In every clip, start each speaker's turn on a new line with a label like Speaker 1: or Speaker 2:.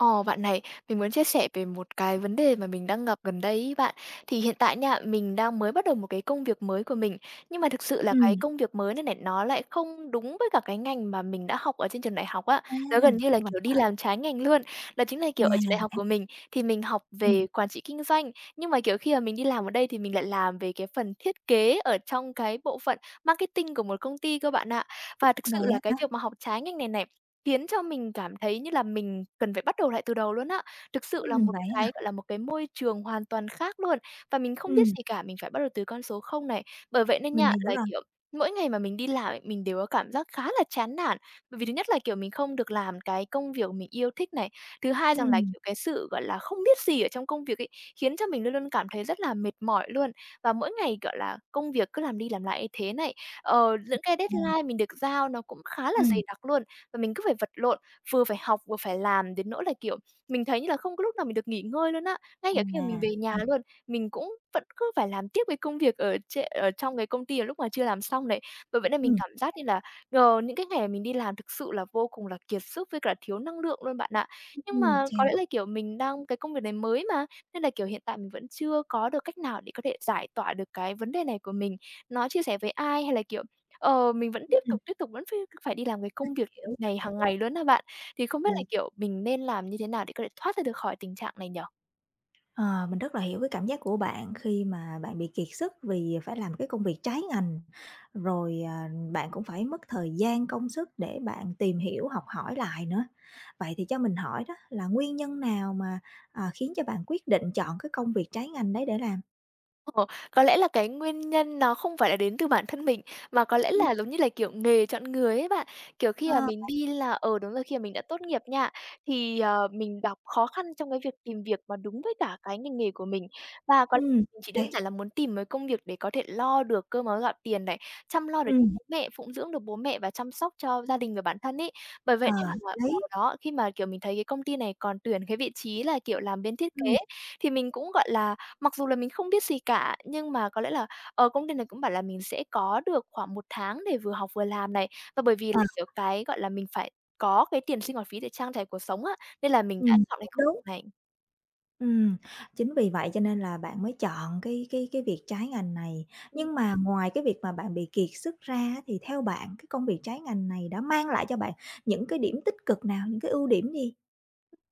Speaker 1: Ờ, bạn này, mình muốn chia sẻ về một cái vấn đề mà mình đang gặp gần đây ấy bạn. Thì hiện tại nha, mình đang mới bắt đầu một cái công việc mới của mình, nhưng mà thực sự là cái
Speaker 2: Ừm,
Speaker 1: công việc mới này này, nó lại không đúng với cả cái ngành mà mình đã học ở trên trường đại học á.
Speaker 2: à,
Speaker 1: Nó gần như là,
Speaker 2: vậy
Speaker 1: kiểu, đi
Speaker 2: hả?
Speaker 1: làm trái ngành luôn. Đó chính là, kiểu, ở trường đại
Speaker 2: À,
Speaker 1: học của mình thì mình học
Speaker 2: ừm,
Speaker 1: về quản trị kinh doanh, nhưng mà, kiểu, khi mà mình đi làm ở đây thì mình lại làm về cái phần thiết kế ở trong cái bộ phận marketing của một công ty cơ bạn ạ. Và thực sự
Speaker 2: vậy
Speaker 1: là
Speaker 2: á
Speaker 1: cái việc
Speaker 2: hả?
Speaker 1: mà học trái ngành này này khiến cho mình cảm thấy như là mình cần phải bắt đầu lại từ đầu luôn á. Thực sự là Một
Speaker 2: Vậy á
Speaker 1: cái,
Speaker 2: hả?
Speaker 1: gọi là, một cái môi trường hoàn toàn khác luôn, và mình không biết
Speaker 2: Ừm,
Speaker 1: gì cả, mình phải bắt đầu từ con số không này. Bởi vậy nên
Speaker 2: mình
Speaker 1: nha,
Speaker 2: hiểu
Speaker 1: là,
Speaker 2: rồi.
Speaker 1: kiểu, mỗi ngày mà mình đi làm ấy, mình đều có cảm giác khá là chán nản. Bởi vì thứ nhất là, kiểu, mình không được làm cái công việc mình yêu thích này, thứ hai rằng là,
Speaker 2: Ừm,
Speaker 1: kiểu, cái sự, gọi là, không biết gì ở trong công việc ấy, khiến cho mình luôn luôn cảm thấy rất là mệt mỏi luôn. Và mỗi ngày, gọi là, công việc cứ làm đi làm lại như thế này, những cái
Speaker 2: à,
Speaker 1: deadline mình được giao nó cũng khá là
Speaker 2: ừm,
Speaker 1: dày đặc luôn và mình cứ phải vật lộn, vừa phải học vừa phải làm đến nỗi là, kiểu, mình thấy như là không có lúc nào mình được nghỉ ngơi luôn á. Ngay cả khi mà mình
Speaker 2: à,
Speaker 1: về nhà luôn, mình cũng vẫn cứ phải làm tiếp cái công việc ở trệ ở trong cái công ty ở lúc mà chưa làm xong này. Bởi vậy nên mình
Speaker 2: ừm,
Speaker 1: cảm giác như là, những cái ngày mình đi làm thực sự là vô cùng là kiệt sức với cả thiếu năng lượng luôn bạn ạ. Nhưng mà
Speaker 2: chà,
Speaker 1: có lẽ là, kiểu, mình đang cái công việc này mới mà, nên là, kiểu, hiện tại mình vẫn chưa có được cách nào để có thể giải tỏa được cái vấn đề này của mình, nó chia sẻ với ai hay là, kiểu. Ờ, mình vẫn
Speaker 2: ừm,
Speaker 1: tiếp tục vẫn phải phải đi làm cái công việc
Speaker 2: mình
Speaker 1: này hàng
Speaker 2: hiểu,
Speaker 1: ngày luôn á bạn. Thì không biết là,
Speaker 2: ừm.
Speaker 1: kiểu, mình nên làm như thế nào để có thể thoát ra được khỏi tình trạng này nhỉ?
Speaker 2: Ờ, mình rất là hiểu cái cảm giác của bạn khi mà bạn bị kiệt sức vì phải làm cái công việc trái ngành, rồi, bạn cũng phải mất thời gian, công sức để bạn tìm hiểu, học hỏi lại nữa. Vậy thì cho mình hỏi đó là nguyên nhân nào mà, khiến cho bạn quyết định chọn cái công việc trái ngành đấy để làm?
Speaker 1: Ờ, có lẽ là cái nguyên nhân nó không phải là đến từ bản thân mình, mà có lẽ
Speaker 2: Ừm.
Speaker 1: là giống như là, kiểu, nghề chọn người ấy bạn. Kiểu, khi
Speaker 2: Ờ,
Speaker 1: mà mình đi là ờ, đúng rồi, khi mà mình đã tốt nghiệp nha, thì, mình gặp khó khăn trong cái việc tìm việc mà đúng với cả cái ngành nghề của mình. Và có mình
Speaker 2: ô
Speaker 1: chỉ
Speaker 2: kê.
Speaker 1: đơn giản là muốn tìm một cái công việc để có thể lo được cơm áo gạo tiền này, chăm lo được cho
Speaker 2: Ừm,
Speaker 1: bố mẹ, phụng dưỡng được bố mẹ và chăm sóc cho gia đình và bản thân ấy. Bởi
Speaker 2: ờ,
Speaker 1: vậy nên
Speaker 2: hợp
Speaker 1: là đó, khi mà, kiểu, mình thấy cái công ty này còn tuyển cái vị trí là, kiểu, làm bên thiết
Speaker 2: ừm,
Speaker 1: kế thì mình cũng, gọi là, mặc dù là mình không biết gì cả, nhưng mà có lẽ là, công ty này cũng bảo là mình sẽ có được khoảng một tháng để vừa học vừa làm này. Và bởi vì là,
Speaker 2: ờ,
Speaker 1: kiểu, cái, gọi là, mình phải có cái tiền sinh hoạt phí để trang trải cuộc sống á, nên là mình đã chọn cái
Speaker 2: cũng
Speaker 1: công
Speaker 2: đúng.
Speaker 1: việc này.
Speaker 2: Ừm, chính vì vậy cho nên là bạn mới chọn cái việc trái ngành này. Nhưng mà ngoài cái việc mà bạn bị kiệt sức ra á, thì theo bạn cái công việc trái ngành này đã mang lại cho bạn những cái điểm tích cực nào, những cái ưu điểm gì?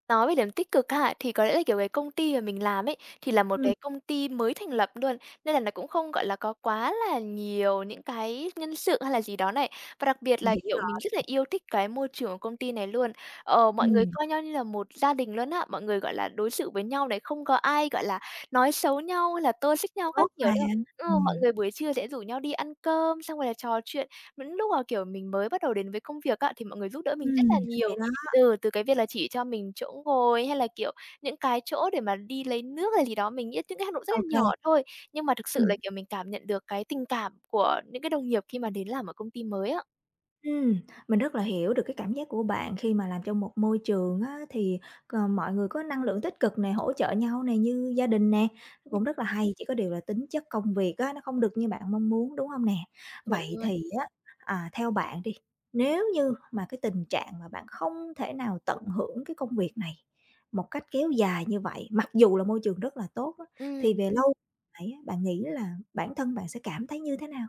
Speaker 1: Nói về điểm tích cực ha, thì có lẽ là, kiểu, cái công ty mà mình làm ấy, thì là một
Speaker 2: Ừm,
Speaker 1: cái công ty mới thành lập luôn, nên là nó cũng không, gọi là, có quá là nhiều những cái nhân sự hay là gì đó này. Và đặc biệt
Speaker 2: mình
Speaker 1: là,
Speaker 2: hiểu
Speaker 1: kiểu, mình
Speaker 2: rồi,
Speaker 1: rất là yêu thích cái môi trường của công ty này luôn. Ờ, mọi người
Speaker 2: ừm,
Speaker 1: coi nhau như là một gia đình luôn á, mọi người, gọi là, đối xử với nhau này, không có ai, gọi là, nói xấu nhau hay là tô xích nhau các
Speaker 2: tốt
Speaker 1: kiểu
Speaker 2: mà,
Speaker 1: đâu. Ừ, mọi
Speaker 2: ừm,
Speaker 1: người buổi trưa sẽ rủ nhau đi ăn cơm, xong rồi là trò chuyện. Những lúc mà, kiểu, mình mới bắt đầu đến với công việc á, thì mọi người giúp đỡ mình rất là
Speaker 2: ừm,
Speaker 1: nhiều.
Speaker 2: hay đó,
Speaker 1: Ừ, từ cái việc là chỉ cho mình chỗ ngồi hay là, kiểu, những cái chỗ để mà đi lấy nước hay gì đó, mình nghĩ những cái hành động rất
Speaker 2: ô
Speaker 1: là nhỏ
Speaker 2: kê,
Speaker 1: thôi, nhưng mà thực sự
Speaker 2: ừm.
Speaker 1: là, kiểu, mình cảm nhận được cái tình cảm của những cái đồng nghiệp khi mà đến làm ở công ty mới á.
Speaker 2: Ừm, mình rất là hiểu được cái cảm giác của bạn khi mà làm trong một môi trường á, thì, mọi người có năng lượng tích cực này hỗ trợ nhau này như gia đình nè, cũng
Speaker 1: Ừm,
Speaker 2: rất là hay, chỉ có điều là tính chất công việc á, nó không được như bạn mong muốn, đúng không nè?
Speaker 1: chuẩn
Speaker 2: Vậy
Speaker 1: luôn.
Speaker 2: thì á, theo bạn đi, nếu như mà cái tình trạng mà bạn không thể nào tận hưởng cái công việc này một cách kéo dài như vậy, mặc dù là môi trường rất là tốt á, thì
Speaker 1: Ừm.
Speaker 2: về lâu lại á, bạn nghĩ là bản thân bạn sẽ cảm thấy như thế nào?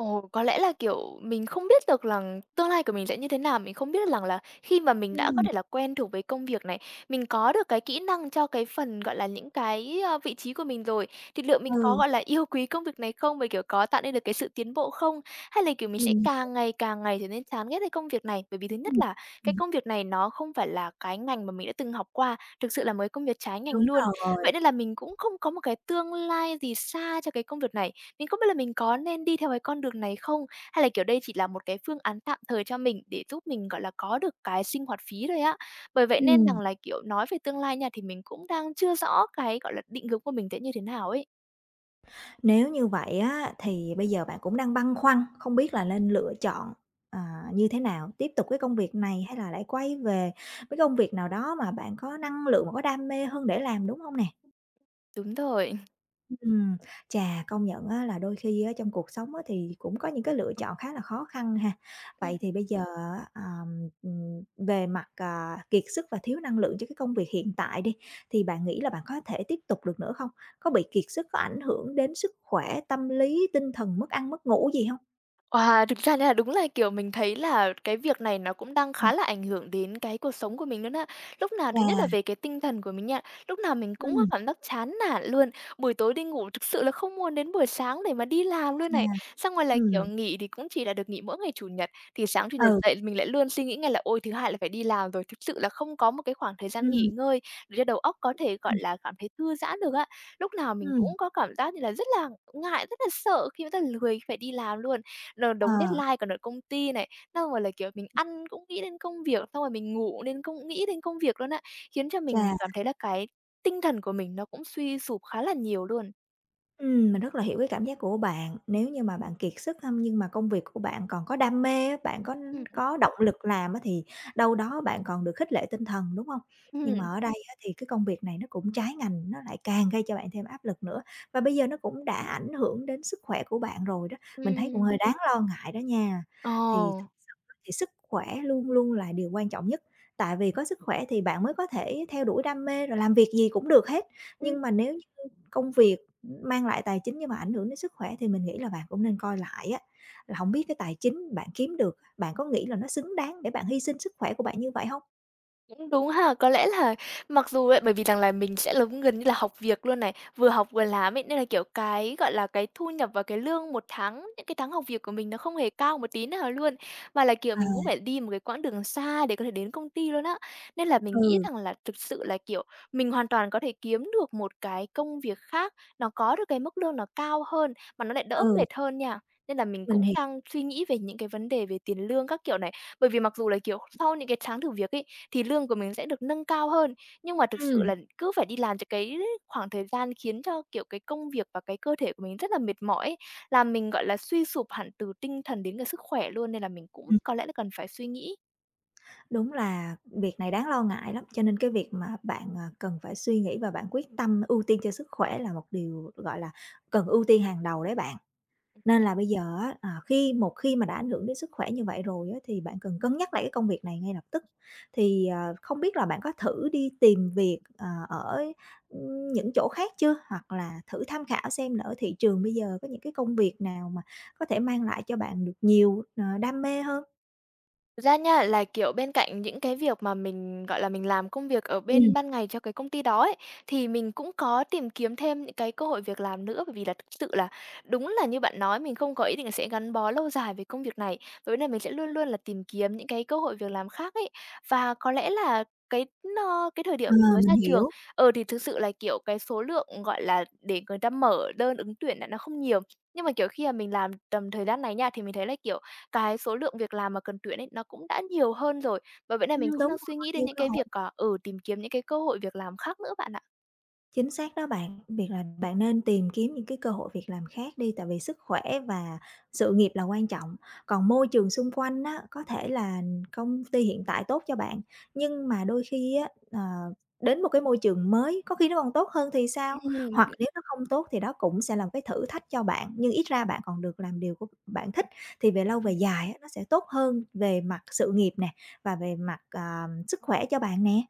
Speaker 1: Ồ, có lẽ là, kiểu, mình không biết được rằng tương lai của mình sẽ như thế nào, mình không biết rằng là khi mà mình đã có
Speaker 2: Ừm,
Speaker 1: thể là quen thuộc với công việc này, mình có được cái kỹ năng cho cái phần, gọi là, những cái vị trí của mình rồi, thì liệu mình có,
Speaker 2: ừ,
Speaker 1: gọi là, yêu quý công việc này không? Và, kiểu, có tạo nên được cái sự tiến bộ không? Hay là, kiểu, mình sẽ
Speaker 2: mình
Speaker 1: càng ngày trở nên chán ghét cái công việc này? Bởi vì thứ nhất
Speaker 2: ừm,
Speaker 1: là cái công việc này nó không phải là cái ngành mà mình đã từng học qua, thực sự là mới công việc trái ngành
Speaker 2: đúng
Speaker 1: luôn. Vậy
Speaker 2: rồi.
Speaker 1: nên là mình cũng không có một cái tương lai gì xa cho cái công việc này. Mình không biết là mình có nên đi theo cái con đường này không? Hay là, kiểu, đây chỉ là một cái phương án tạm thời cho mình để giúp mình, gọi là, có được cái sinh hoạt phí thôi á. Bởi vậy nên rằng
Speaker 2: Ừm,
Speaker 1: là, kiểu, nói về tương lai nha, thì mình cũng đang chưa rõ cái, gọi là, định hướng của mình sẽ như thế nào ấy.
Speaker 2: nếu như vậy á, thì bây giờ bạn cũng đang băn khoăn, không biết là nên lựa chọn, như thế nào? Tiếp tục cái công việc này hay là lại quay về với công việc nào đó mà bạn có năng lượng, mà có đam mê hơn để làm, đúng không nè?
Speaker 1: Đúng rồi.
Speaker 2: Ừm, chà, công nhận á là đôi khi á trong cuộc sống á thì cũng có những cái lựa chọn khá là khó khăn ha. Vậy thì bây giờ á, về mặt, kiệt sức và thiếu năng lượng cho cái công việc hiện tại đi, thì bạn nghĩ là bạn có thể tiếp tục được nữa không? Có bị kiệt sức, có ảnh hưởng đến sức khỏe, tâm lý, tinh thần, mất ăn, mất ngủ gì không?
Speaker 1: À, thực ra là đúng là, kiểu, mình thấy là cái việc này nó cũng đang
Speaker 2: Ừm,
Speaker 1: khá là ảnh hưởng đến cái cuộc sống của mình luôn á. Lúc nào thứ nhất là
Speaker 2: chà,
Speaker 1: về cái tinh thần của mình nha, lúc nào mình cũng có
Speaker 2: ừm,
Speaker 1: cảm giác chán nản luôn. Buổi tối đi ngủ thực sự là không muốn đến buổi sáng để mà đi làm luôn
Speaker 2: à,
Speaker 1: này. Xong rồi là, kiểu,
Speaker 2: ừm,
Speaker 1: nghỉ thì cũng chỉ là được nghỉ mỗi ngày Chủ nhật, thì sáng Chủ nhật
Speaker 2: ừ,
Speaker 1: dậy mình lại luôn suy nghĩ ngay là "Ôi, thứ Hai là phải đi làm rồi." Thực sự là không có một cái khoảng thời gian nghỉ ngơi để cho đầu óc có thể, gọi
Speaker 2: ừm,
Speaker 1: là, cảm thấy thư giãn được á. Lúc nào mình
Speaker 2: ừm,
Speaker 1: cũng có cảm giác như là rất là ngại, rất là sợ khi mà rất là lười phải đi làm luôn. Đ
Speaker 2: ờ,
Speaker 1: đống deadline còn ở công ty này, xong rồi là, kiểu, mình ăn cũng nghĩ đến công việc, xong rồi mình ngủ đến cũng nghĩ đến công việc luôn á, khiến cho mình
Speaker 2: chà.
Speaker 1: cảm thấy là cái tinh thần của mình nó cũng suy sụp khá là nhiều luôn.
Speaker 2: Mình rất là hiểu cái cảm giác của bạn. Nếu như mà bạn kiệt sức hông, nhưng mà công việc của bạn còn có đam mê á, bạn có
Speaker 1: Ừm.
Speaker 2: có động lực làm á, thì đâu đó bạn còn được khích lệ tinh thần, đúng không? Nhưng mà
Speaker 1: Ừm,
Speaker 2: ở đây á, thì cái công việc này nó cũng trái ngành, nó lại càng gây cho bạn thêm áp lực nữa. Và bây giờ nó cũng đã ảnh hưởng đến sức khỏe của bạn rồi đó, mình thấy cũng
Speaker 1: ừm.
Speaker 2: hơi đáng lo ngại đó nha.
Speaker 1: Ờ.
Speaker 2: Thì thực sự thì sức khỏe luôn luôn là điều quan trọng nhất, tại vì có sức khỏe thì bạn mới có thể theo đuổi đam mê, rồi làm việc gì cũng được hết. Nhưng mà nếu như công việc mang lại tài chính nhưng mà ảnh hưởng đến sức khỏe thì mình nghĩ là bạn cũng nên coi lại á, là không biết cái tài chính bạn kiếm được, bạn có nghĩ là nó xứng đáng để bạn hy sinh sức khỏe của bạn như vậy không?
Speaker 1: Cũng đúng ha, có lẽ là mặc dù ấy bởi vì rằng là mình sẽ giống gần như là học việc luôn này, vừa học vừa làm ấy, nên là, kiểu, cái, gọi là, cái thu nhập và cái lương một tháng, những cái tháng học việc của mình nó không hề cao một tí nào luôn, mà là, kiểu,
Speaker 2: À,
Speaker 1: mình cũng phải đi một cái quãng đường xa để có thể đến công ty luôn á. Nên là mình nghĩ
Speaker 2: ừ,
Speaker 1: rằng là thực sự là, kiểu, mình hoàn toàn có thể kiếm được một cái công việc khác, nó có được cái mức lương nó cao hơn, mà nó lại đỡ
Speaker 2: ừ,
Speaker 1: mệt hơn nha. Nên là mình cũng
Speaker 2: mình hiểu.
Speaker 1: đang suy nghĩ về những cái vấn đề về tiền lương các kiểu này. Bởi vì mặc dù là, kiểu, sau những cái tháng thử việc ấy, thì lương của mình sẽ được nâng cao hơn, nhưng mà thực sự
Speaker 2: Ừm,
Speaker 1: là cứ phải đi làm cho cái khoảng thời gian khiến cho, kiểu, cái công việc và cái cơ thể của mình rất là mệt mỏi ấy, làm mình, gọi là, suy sụp hẳn từ tinh thần đến cả sức khỏe luôn, nên là mình cũng
Speaker 2: Ừm.
Speaker 1: có lẽ là cần phải suy nghĩ.
Speaker 2: Đúng là việc này đáng lo ngại lắm, cho nên cái việc mà bạn, cần phải suy nghĩ và bạn quyết tâm ưu tiên cho sức khỏe là một điều, gọi là, cần ưu tiên hàng đầu đấy bạn. Nên là bây giờ á, khi một khi mà đã ảnh hưởng đến sức khỏe như vậy rồi á, thì bạn cần cân nhắc lại cái công việc này ngay lập tức. Thì, không biết là bạn có thử đi tìm việc, ở, những chỗ khác chưa? Hoặc là thử tham khảo xem là ở thị trường bây giờ có những cái công việc nào mà có thể mang lại cho bạn được nhiều, đam mê hơn?
Speaker 1: Thực ra nha, là, kiểu, bên cạnh những cái việc mà mình, gọi là, mình làm công việc ở bên
Speaker 2: Ừm.
Speaker 1: ban ngày cho cái công ty đó ấy, thì mình cũng có tìm kiếm thêm những cái cơ hội việc làm nữa. Bởi vì là thực sự là đúng là như bạn nói, mình không có ý định là sẽ gắn bó lâu dài với công việc này, với là mình sẽ luôn luôn là tìm kiếm những cái cơ hội việc làm khác ấy. Và có lẽ là cái cái thời điểm
Speaker 2: Ờ,
Speaker 1: mình mới ra
Speaker 2: mình
Speaker 1: trường,
Speaker 2: hiểu.
Speaker 1: ừ, thì thực sự là, kiểu, cái số lượng, gọi là, để người ta mở đơn ứng tuyển là nó không nhiều. Nhưng mà, kiểu, khi mà mình làm tầm thời gian này nha, thì mình thấy là, kiểu cái số lượng việc làm mà cần tuyển ấy, nó cũng đã nhiều hơn rồi, và vậy là mình cũng
Speaker 2: Đúng
Speaker 1: đang suy
Speaker 2: rồi,
Speaker 1: nghĩ đến
Speaker 2: nhiều
Speaker 1: những
Speaker 2: cơ
Speaker 1: cái
Speaker 2: hội.
Speaker 1: việc, tìm kiếm những cái cơ hội việc làm khác nữa bạn ạ.
Speaker 2: Chính xác đó bạn, việc là bạn nên tìm kiếm những cái cơ hội việc làm khác đi, tại vì sức khỏe và sự nghiệp là quan trọng. Còn môi trường xung quanh á, có thể là công ty hiện tại tốt cho bạn, nhưng mà đôi khi á, đến một cái môi trường mới, có khi nó còn tốt hơn thì sao? Hoặc
Speaker 1: Ừm.
Speaker 2: nếu nó không tốt thì đó cũng sẽ là một cái thử thách cho bạn, nhưng ít ra bạn còn được làm điều của bạn thích, thì về lâu về dài á, nó sẽ tốt hơn về mặt sự nghiệp nè, và về mặt, sức khỏe cho bạn nè.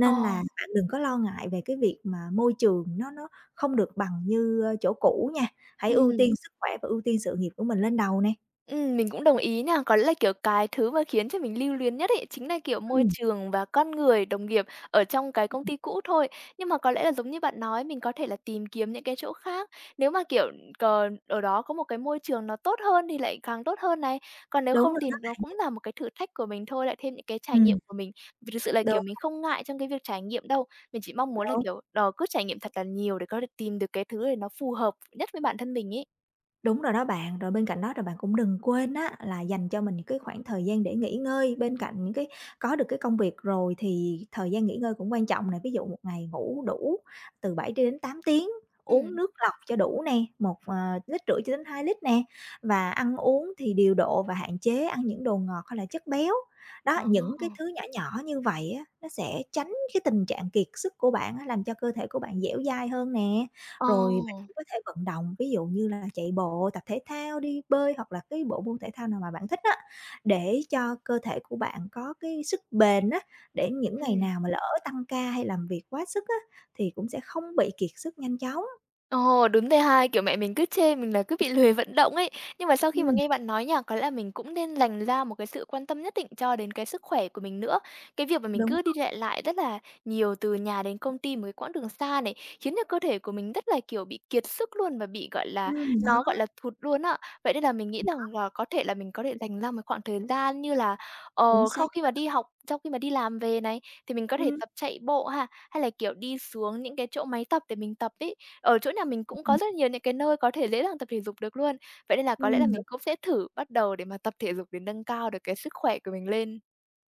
Speaker 1: Ờ,
Speaker 2: là bạn đừng có lo ngại về cái việc mà môi trường nó không được bằng như, chỗ cũ nha, hãy ưu
Speaker 1: ừm.
Speaker 2: tiên sức khỏe và ưu tiên sự nghiệp của mình lên đầu nè.
Speaker 1: Mình cũng đồng ý nha. Có lẽ là, kiểu, cái thứ mà khiến cho mình lưu luyến nhất ấy, chính là, kiểu, môi
Speaker 2: Ừm,
Speaker 1: trường và con người, đồng nghiệp ở trong cái công ty cũ thôi. Nhưng mà có lẽ là giống như bạn nói, mình có thể là tìm kiếm những cái chỗ khác. Nếu mà, kiểu, còn ở đó có một cái môi trường nó tốt hơn thì lại càng tốt hơn này. Còn nếu
Speaker 2: đúng
Speaker 1: không
Speaker 2: rồi
Speaker 1: thì
Speaker 2: đó
Speaker 1: nó
Speaker 2: bạn.
Speaker 1: cũng là một cái thử thách của mình thôi, lại thêm những cái trải nghiệm
Speaker 2: Ừm,
Speaker 1: của mình. Vì thực sự là, kiểu,
Speaker 2: đúng,
Speaker 1: mình không ngại trong cái việc trải nghiệm đâu. Mình chỉ mong muốn là,
Speaker 2: đúng.
Speaker 1: kiểu, ờ, cứ trải nghiệm thật là nhiều để có thể tìm được cái thứ để nó phù hợp nhất với bản thân mình ấy.
Speaker 2: Đúng rồi đó bạn, rồi bên cạnh đó rồi bạn cũng đừng quên á là dành cho mình những cái khoảng thời gian để nghỉ ngơi, bên cạnh những cái có được cái công việc rồi thì thời gian nghỉ ngơi cũng quan trọng này, ví dụ một ngày ngủ đủ từ 7 đến 8 tiếng, uống
Speaker 1: Ừm.
Speaker 2: nước lọc cho đủ nè, một, lít rưỡi cho đến 2 lít nè, và ăn uống thì điều độ và hạn chế ăn những đồ ngọt hay là chất béo. Đó,
Speaker 1: Ờ.
Speaker 2: những cái thứ nhỏ nhỏ như vậy á, nó sẽ tránh cái tình trạng kiệt sức của bạn á, làm cho cơ thể của bạn dẻo dai hơn nè,
Speaker 1: Ờ.
Speaker 2: rồi có thể vận động, ví dụ như là chạy bộ, tập thể thao, đi bơi hoặc là cái bộ môn thể thao nào mà bạn thích á, để cho cơ thể của bạn có cái sức bền á, để những ngày
Speaker 1: Ừm.
Speaker 2: nào mà lỡ tăng ca hay làm việc quá sức á, thì cũng sẽ không bị kiệt sức nhanh chóng.
Speaker 1: Ồ, đúng thế ha. Kiểu, mẹ mình cứ chê mình là cứ bị lười vận động ấy. Nhưng mà sau khi mà
Speaker 2: Ừm,
Speaker 1: nghe bạn nói nha, có lẽ là mình cũng nên dành ra một cái sự quan tâm nhất định cho đến cái sức khỏe của mình nữa. Cái việc mà mình
Speaker 2: đúng
Speaker 1: cứ đi
Speaker 2: rồi,
Speaker 1: lại lại rất là nhiều từ nhà đến công ty một cái quãng đường xa này, khiến cho cơ thể của mình rất là, kiểu, bị kiệt sức luôn và bị, gọi là, nó,
Speaker 2: đó,
Speaker 1: gọi là, thụt luôn á. Vậy nên là mình nghĩ rằng là có thể là mình có thể dành ra một khoảng thời gian như là,
Speaker 2: chính
Speaker 1: ờ, sau
Speaker 2: xác,
Speaker 1: khi mà đi học, sau khi mà đi làm về này, thì mình có thể
Speaker 2: ừm,
Speaker 1: tập chạy bộ ha, hay là, kiểu, đi xuống những cái chỗ máy tập để mình tập ấy. Ở chỗ nhà mình
Speaker 2: ô
Speaker 1: cũng
Speaker 2: kê,
Speaker 1: có rất nhiều những cái nơi có thể dễ dàng tập thể dục được luôn. Vậy nên là có lẽ là mình
Speaker 2: đúng.
Speaker 1: cũng sẽ thử bắt đầu để mà tập thể dục để nâng cao được cái sức khỏe của mình lên.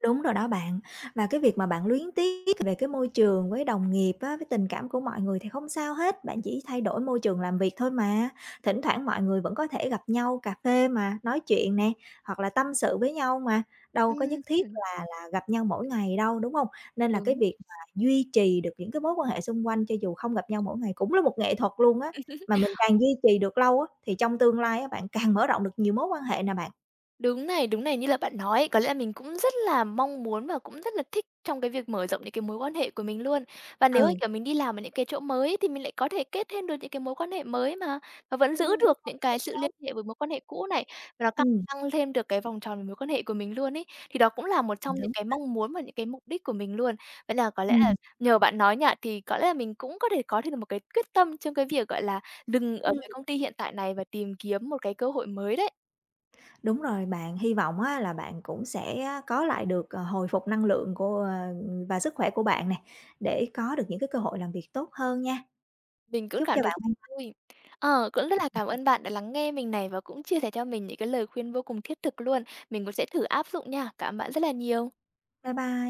Speaker 2: Đúng rồi đó bạn. Và cái việc mà bạn luyến tiếc về cái môi trường với đồng nghiệp á, với tình cảm của mọi người thì không sao hết, bạn chỉ thay đổi môi trường làm việc thôi mà. Thỉnh thoảng mọi người vẫn có thể gặp nhau cà phê mà, nói chuyện nè, hoặc là tâm sự với nhau mà, đâu
Speaker 1: Ừm
Speaker 2: có nhất thiết
Speaker 1: hưm,
Speaker 2: là gặp nhau mỗi ngày đâu, đúng không? Nên là cái
Speaker 1: đúng.
Speaker 2: việc mà duy trì được những cái mối quan hệ xung quanh cho dù không gặp nhau mỗi ngày cũng là một nghệ thuật luôn á, mà mình càng duy trì được lâu á, thì trong tương lai á, bạn càng mở rộng được nhiều mối quan hệ nè bạn.
Speaker 1: Đúng này, như là bạn nói ấy, có lẽ là mình cũng rất là mong muốn và cũng rất là thích trong cái việc mở rộng những cái mối quan hệ của mình luôn. Và nếu mà,
Speaker 2: Ừ,
Speaker 1: kiểu, mình đi làm ở những cái chỗ mới ấy, thì mình lại có thể kết thêm được những cái mối quan hệ mới mà, và vẫn giữ
Speaker 2: đúng
Speaker 1: được
Speaker 2: rồi,
Speaker 1: những cái
Speaker 2: chính
Speaker 1: sự
Speaker 2: xác.
Speaker 1: liên hệ với mối quan hệ cũ này, và nó càng
Speaker 2: Ừm,
Speaker 1: tăng thêm được cái vòng tròn về mối quan hệ của mình luôn ấy. Thì đó cũng là một trong những
Speaker 2: đúng.
Speaker 1: cái mong muốn và những cái mục đích của mình luôn. Vậy là có lẽ là
Speaker 2: Ừm,
Speaker 1: nhờ bạn nói nha, thì có lẽ là mình cũng có thể có thêm được một cái quyết tâm trong cái việc, gọi là, dừng ở
Speaker 2: ừm,
Speaker 1: cái công ty hiện tại này và tìm kiếm một cái cơ hội mới đấy.
Speaker 2: đúng rồi bạn. Hy vọng á là bạn cũng sẽ có lại được, hồi phục năng lượng của và sức khỏe của bạn nè, để có được những cái cơ hội làm việc tốt hơn nha.
Speaker 1: Mình cũng
Speaker 2: Chúc cho
Speaker 1: cảm thấy
Speaker 2: bạn may mắn.
Speaker 1: vui. Ờ, cũng rất là cảm ơn bạn đã lắng nghe mình này và cũng chia sẻ cho mình những cái lời khuyên vô cùng thiết thực luôn. Mình cũng sẽ thử áp dụng nha. Cảm ơn bạn rất là nhiều.
Speaker 2: Bye bye.